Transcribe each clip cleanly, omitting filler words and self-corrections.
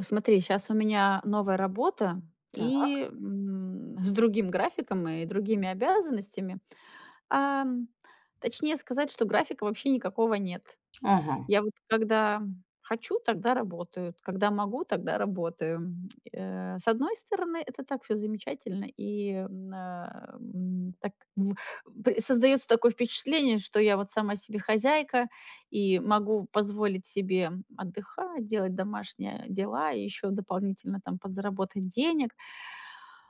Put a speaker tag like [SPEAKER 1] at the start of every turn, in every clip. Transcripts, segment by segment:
[SPEAKER 1] Смотри, сейчас у меня новая работа
[SPEAKER 2] Так.
[SPEAKER 1] и с другим графиком и другими обязанностями. Ам, точнее сказать, что графика вообще никакого нет.
[SPEAKER 2] Ага.
[SPEAKER 1] Я вот когда хочу, тогда работаю, когда могу, тогда работаю. С одной стороны, это так все замечательно, и, так в пр создаётся такое впечатление, что я вот сама себе хозяйка и могу позволить себе отдыхать, делать домашние дела и еще дополнительно там подзаработать денег.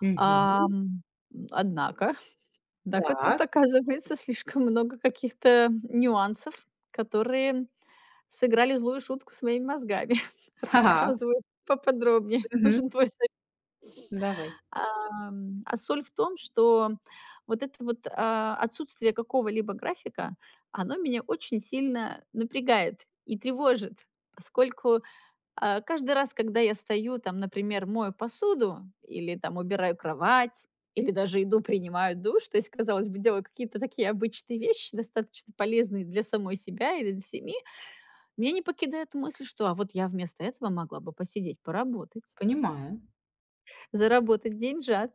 [SPEAKER 2] Мгм.
[SPEAKER 1] Ам, однако, однако тут
[SPEAKER 2] Так.
[SPEAKER 1] оказывается слишком много каких-то нюансов, которые сыграли злую шутку с моими мозгами.
[SPEAKER 2] Так.
[SPEAKER 1] Рассказываю поподробнее.
[SPEAKER 2] Мгм.
[SPEAKER 1] Нужен твой совет.
[SPEAKER 2] Давай.
[SPEAKER 1] А соль в том, что вот это вот, отсутствие какого-либо графика, оно меня очень сильно напрягает и тревожит, поскольку, каждый раз, когда я стою, там, например, мою посуду или там убираю кровать, или даже иду, принимаю душ, то есть, казалось бы, делаю какие-то такие обычные вещи, достаточно полезные для самой себя или для семьи. Меня не покидает мысль, что а вот я вместо этого могла бы посидеть, поработать,
[SPEAKER 2] Понимаю.
[SPEAKER 1] заработать деньжат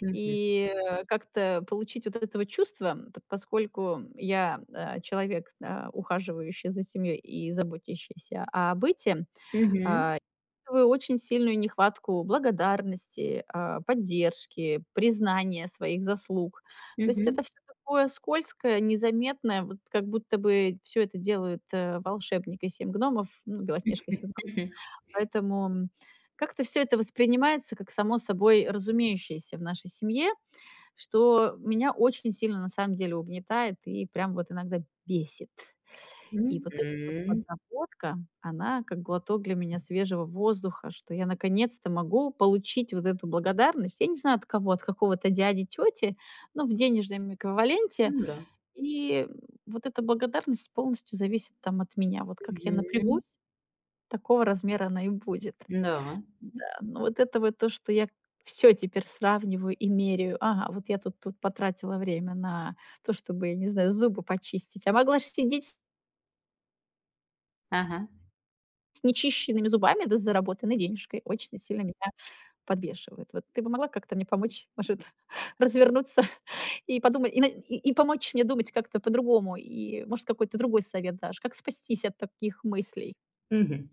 [SPEAKER 2] Мгм.
[SPEAKER 1] и как-то получить вот этого чувства, поскольку я человек, ухаживающий за семьей и заботящийся о быте,
[SPEAKER 2] Мгм.
[SPEAKER 1] а, чувствую очень сильную нехватку благодарности, поддержки, признания своих заслуг. То есть это
[SPEAKER 2] Мгм.
[SPEAKER 1] все такое скользкое, незаметное, вот как будто бы все это делают волшебник и семь гномов, ну, Белоснежка и семь гномов. Поэтому, как-то все это воспринимается как само собой разумеющееся в нашей семье, что меня очень сильно на самом деле угнетает и прям вот иногда бесит. И вот эта вот
[SPEAKER 2] Мгм.
[SPEAKER 1] подработка, она как глоток для меня свежего воздуха, что я наконец-то могу получить вот эту благодарность. Я не знаю от кого, от какого-то дяди, тети, но в денежном
[SPEAKER 2] Ну
[SPEAKER 1] эквиваленте.
[SPEAKER 2] да.
[SPEAKER 1] И вот эта благодарность полностью зависит там от меня. Вот как я
[SPEAKER 2] Мгм.
[SPEAKER 1] напрягусь, такого размера она и будет.
[SPEAKER 2] Да.
[SPEAKER 1] Да, ну вот это вот то, что я все теперь сравниваю и меряю. Ага, вот я тут потратила время на то, чтобы, я не знаю, зубы почистить, а могла же сидеть
[SPEAKER 2] Ага.
[SPEAKER 1] с нечищенными зубами да с заработанной денежкой. Очень сильно меня подбешивает. Вот ты бы могла как-то мне помочь, может, развернуться и подумать, и на и помочь мне думать как-то по-другому, и, может, какой-то другой совет дашь, как спастись от таких мыслей?
[SPEAKER 2] Мгм.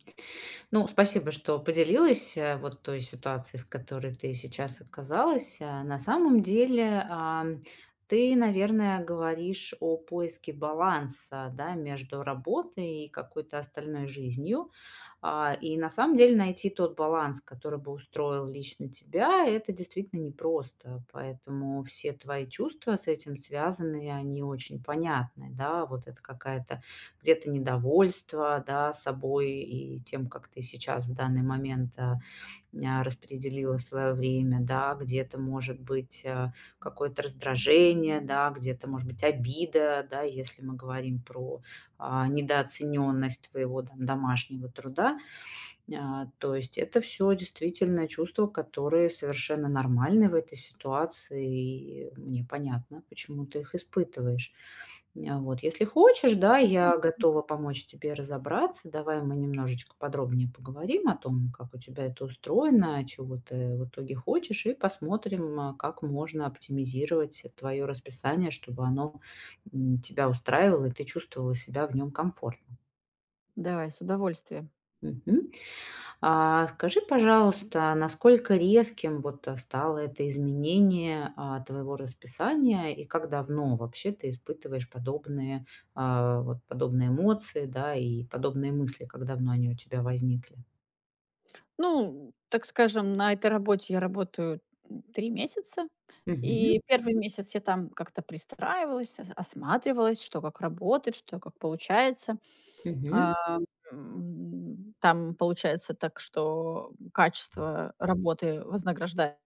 [SPEAKER 2] Ну, спасибо, что поделилась, вот той ситуацией, в которой ты сейчас оказалась. На самом деле, ты, наверное, говоришь о поиске баланса, да, между работой и какой-то остальной жизнью. И на самом деле найти тот баланс, который бы устроил лично тебя, это действительно непросто. Поэтому все твои чувства с этим связаны, и они очень понятны, да. Вот это какая-то где-то недовольство, да, собой и тем, как ты сейчас в данный момент, распределила свое время, да. Где-то может быть, какое-то раздражение, да, где-то может быть обида, да, если мы говорим про, недооцененность твоего там домашнего труда. То есть это все действительно чувства, которые совершенно нормальны в этой ситуации, и мне понятно, почему ты их испытываешь. Вот, если хочешь, да,
[SPEAKER 1] Мгм.
[SPEAKER 2] я готова помочь тебе разобраться. Давай мы немножечко подробнее поговорим о том, как у тебя это устроено, чего ты в итоге хочешь, и посмотрим, как можно оптимизировать твое расписание, чтобы оно, тебя устраивало, и ты чувствовала себя в нем комфортно.
[SPEAKER 1] Давай, с удовольствием.
[SPEAKER 2] Мгм. А скажи, пожалуйста, насколько резким вот, стало это изменение, твоего расписания и как давно вообще ты испытываешь подобные, вот подобные эмоции, да, и подобные мысли, как давно они у тебя возникли?
[SPEAKER 1] Ну, так скажем, на этой работе я работаю, 3 месяца.
[SPEAKER 2] Мгм,
[SPEAKER 1] И первый месяц я там как-то пристраивалась, ос осматривалась, что как работает, что как получается.
[SPEAKER 2] мгм,
[SPEAKER 1] Ам, там получается так, что качество работы вознаграждается.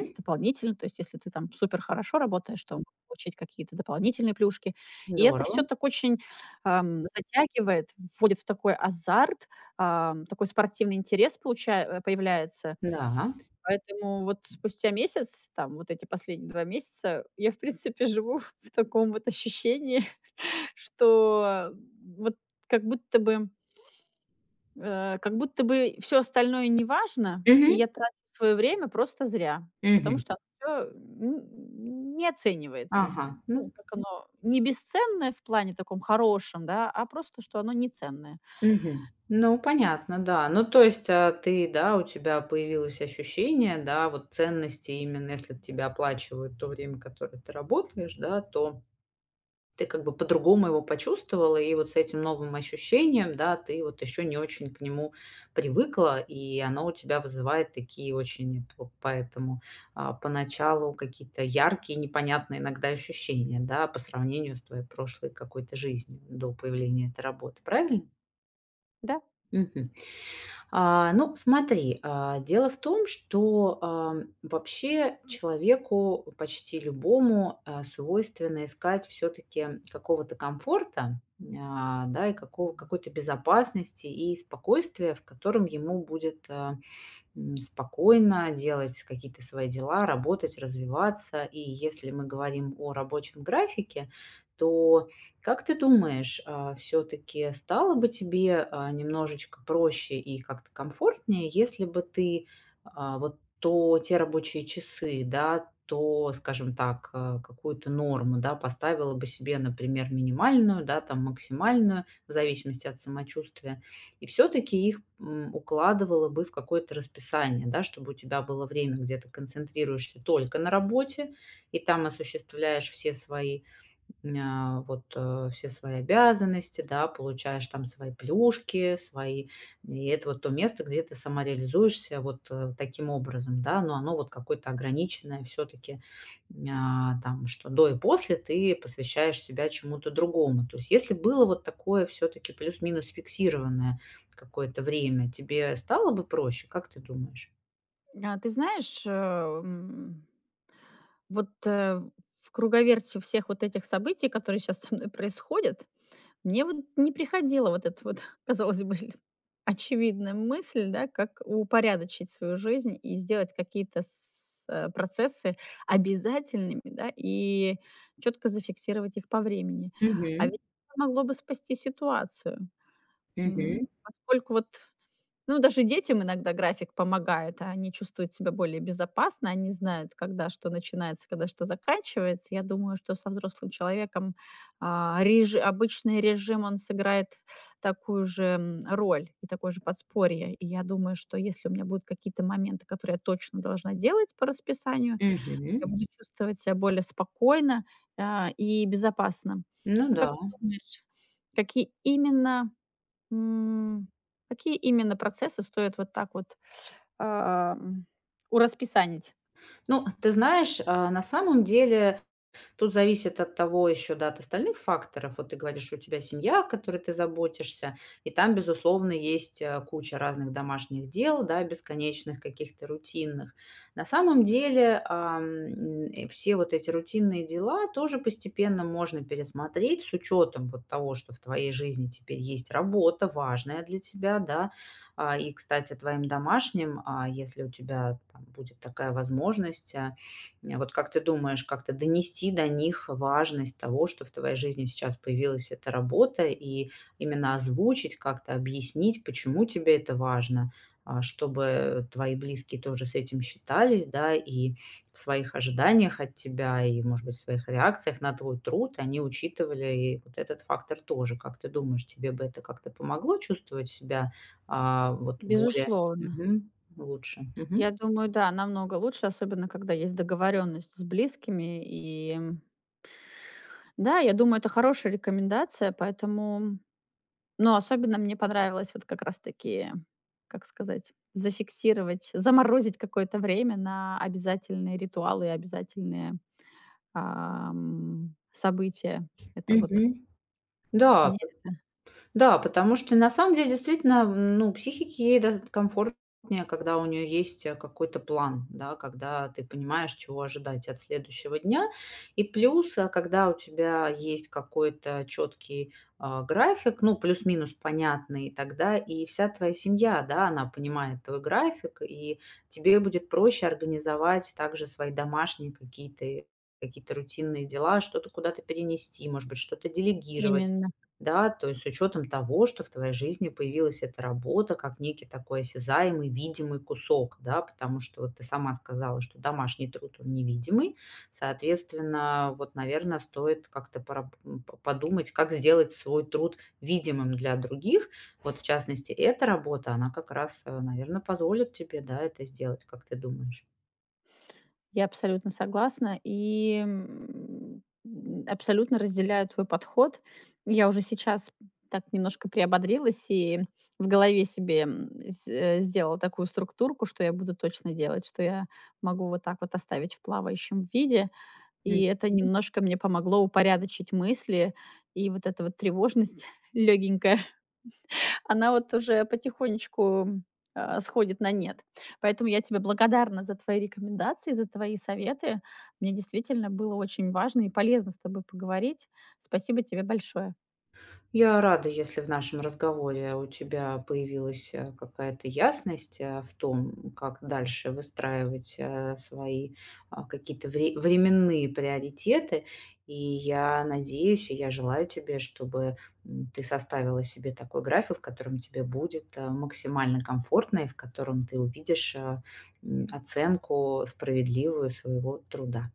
[SPEAKER 1] Ц дополнительно. То есть, если ты там супер хорошо работаешь, то можно получить какие-то дополнительные плюшки. И это все
[SPEAKER 2] Здорово.
[SPEAKER 1] так очень, затягивает, вводит в такой азарт, такой спортивный интерес появляется.
[SPEAKER 2] Да.
[SPEAKER 1] Поэтому вот спустя месяц, там вот эти последние 2 месяца, я, в принципе, живу в таком вот ощущении, что вот как будто бы как будто бы все остальное не важно, и
[SPEAKER 2] Мгм,
[SPEAKER 1] я трачу свое время просто зря, потому
[SPEAKER 2] мгм.
[SPEAKER 1] что все не оценивается.
[SPEAKER 2] Ага,
[SPEAKER 1] Ну,
[SPEAKER 2] ну.
[SPEAKER 1] как оно не бесценное в плане таком хорошем, да, а просто, что оно не ценное.
[SPEAKER 2] Мгм. Ну, понятно, да. Ну, то есть, ты, да, у тебя появилось ощущение, да, вот ценности именно, если тебя оплачивают то время, которое ты работаешь, да, то ты как бы по-другому его почувствовала, и вот с этим новым ощущением, да, ты вот еще не очень к нему привыкла, и оно у тебя вызывает такие очень, поэтому, поначалу какие-то яркие, непонятные иногда ощущения, да, по сравнению с твоей прошлой какой-то жизнью до появления этой работы, правильно?
[SPEAKER 1] Да.
[SPEAKER 2] Мгм. Ну, смотри, дело в том, что, вообще человеку почти любому, свойственно искать все таки какого-то комфорта, да, и какого какой-то безопасности и спокойствия, в котором ему будет, спокойно делать какие-то свои дела, работать, развиваться. И если мы говорим о рабочем графике, то как ты думаешь, все-таки стало бы тебе немножечко проще и как-то комфортнее, если бы ты вот то те рабочие часы, да, то, скажем так, какую-то норму, да, поставила бы себе, например, минимальную, да, там максимальную, в зависимости от самочувствия, и все-таки их укладывала бы в какое-то расписание, да, чтобы у тебя было время, где ты концентрируешься только на работе, и там осуществляешь все свои а, вот, э, все свои обязанности, да, получаешь там свои плюшки, свои и это вот то место, где ты самореализуешься вот, таким образом, да. Но оно вот какое-то ограниченное все таки там, что до и после ты посвящаешь себя чему-то другому. То есть если было вот такое все таки плюс-минус фиксированное какое-то время, тебе стало бы проще, как ты думаешь?
[SPEAKER 1] А ты знаешь, вот, в круговерте всех вот этих событий, которые сейчас со мной происходят. Мне вот не приходила вот эта вот, казалось бы, очевидная мысль, да, как упорядочить свою жизнь и сделать какие-то процессы обязательными, да, и четко зафиксировать их по времени. А
[SPEAKER 2] Мгм.
[SPEAKER 1] ведь это могло бы спасти ситуацию. М,
[SPEAKER 2] Мгм.
[SPEAKER 1] Поскольку вот ну, даже детям иногда график помогает, а они чувствуют себя более безопасно, они знают, когда что начинается, когда что заканчивается. Я думаю, что со взрослым человеком обычный режим, он сыграет такую же роль и такое же подспорье. И я думаю, что если у меня будут какие-то моменты, которые я точно должна делать по расписанию, я
[SPEAKER 2] Мгм.
[SPEAKER 1] буду чувствовать себя более спокойно и безопасно.
[SPEAKER 2] Ну
[SPEAKER 1] А как
[SPEAKER 2] да.
[SPEAKER 1] ты думаешь, какие именно М, какие именно процессы стоит вот так вот, ам, урасписанить?
[SPEAKER 2] Ну, ты знаешь, на самом деле тут зависит от того еще, да, от остальных факторов. Вот ты говоришь, что у тебя семья, о которой ты заботишься, и там, безусловно, есть куча разных домашних дел, да, бесконечных каких-то рутинных. На самом деле все вот эти рутинные дела тоже постепенно можно пересмотреть с учетом вот того, что в твоей жизни теперь есть работа важная для тебя, да, И, кстати, твоим домашним, если у тебя там будет такая возможность, вот как ты думаешь, как-то донести до них важность того, что в твоей жизни сейчас появилась эта работа, и именно озвучить, как-то объяснить, почему тебе это важно, чтобы твои близкие тоже с этим считались, да, и в своих ожиданиях от тебя, и, может быть, в своих реакциях на твой труд они учитывали и вот этот фактор тоже. Как ты думаешь, тебе бы это как-то помогло чувствовать себя вот более.
[SPEAKER 1] Безусловно.
[SPEAKER 2] Мгм. Лучше?
[SPEAKER 1] Я
[SPEAKER 2] Мгм.
[SPEAKER 1] думаю, да, намного лучше, особенно когда есть договоренность с близкими. И да, я думаю, это хорошая рекомендация, поэтому но особенно мне понравилось вот как раз таки, как сказать, зафиксировать, заморозить какое-то время на обязательные ритуалы и обязательные, события. Это вот
[SPEAKER 2] Мгм. Да,
[SPEAKER 1] мне
[SPEAKER 2] да, потому что на самом деле действительно, ну, психике ей да комфортнее, когда у нее есть, какой-то план, да, когда ты понимаешь, чего ожидать от следующего дня. И плюс, когда у тебя есть какой-то четкий, график, ну, плюс-минус понятный, тогда и вся твоя семья, да, она понимает твой график, и тебе будет проще организовать также свои домашние какие-то какие-то рутинные дела, что-то куда-то перенести, может быть, что-то делегировать.
[SPEAKER 1] именно.
[SPEAKER 2] Да, то есть с учетом того, что в твоей жизни появилась эта работа как некий такой осязаемый, видимый кусок, да, потому что вот ты сама сказала, что домашний труд он невидимый, соответственно, вот, наверное, стоит как-то подумать, как сделать свой труд видимым для других. Вот, в частности, эта работа, она как раз, наверное, позволит тебе, да, это сделать, как ты думаешь.
[SPEAKER 1] Я абсолютно согласна и, абсолютно разделяю твой подход. Я уже сейчас так немножко приободрилась и в голове себе, сделала такую структурку, что я буду точно делать, что я могу вот так вот оставить в плавающем виде. И это немножко мне помогло упорядочить мысли, и вот эта вот тревожность легенькая она вот уже потихонечку, сходит на нет. Поэтому я тебе благодарна за твои рекомендации, за твои советы. Мне действительно было очень важно и полезно с тобой поговорить. Спасибо тебе большое.
[SPEAKER 2] Я рада, если в нашем разговоре у тебя появилась какая-то ясность в том, как дальше выстраивать свои, какие-то временные приоритеты. И я надеюсь, и я желаю тебе, чтобы ты составила себе такой график, в котором тебе будет максимально комфортно и в котором ты увидишь оценку справедливую своего труда.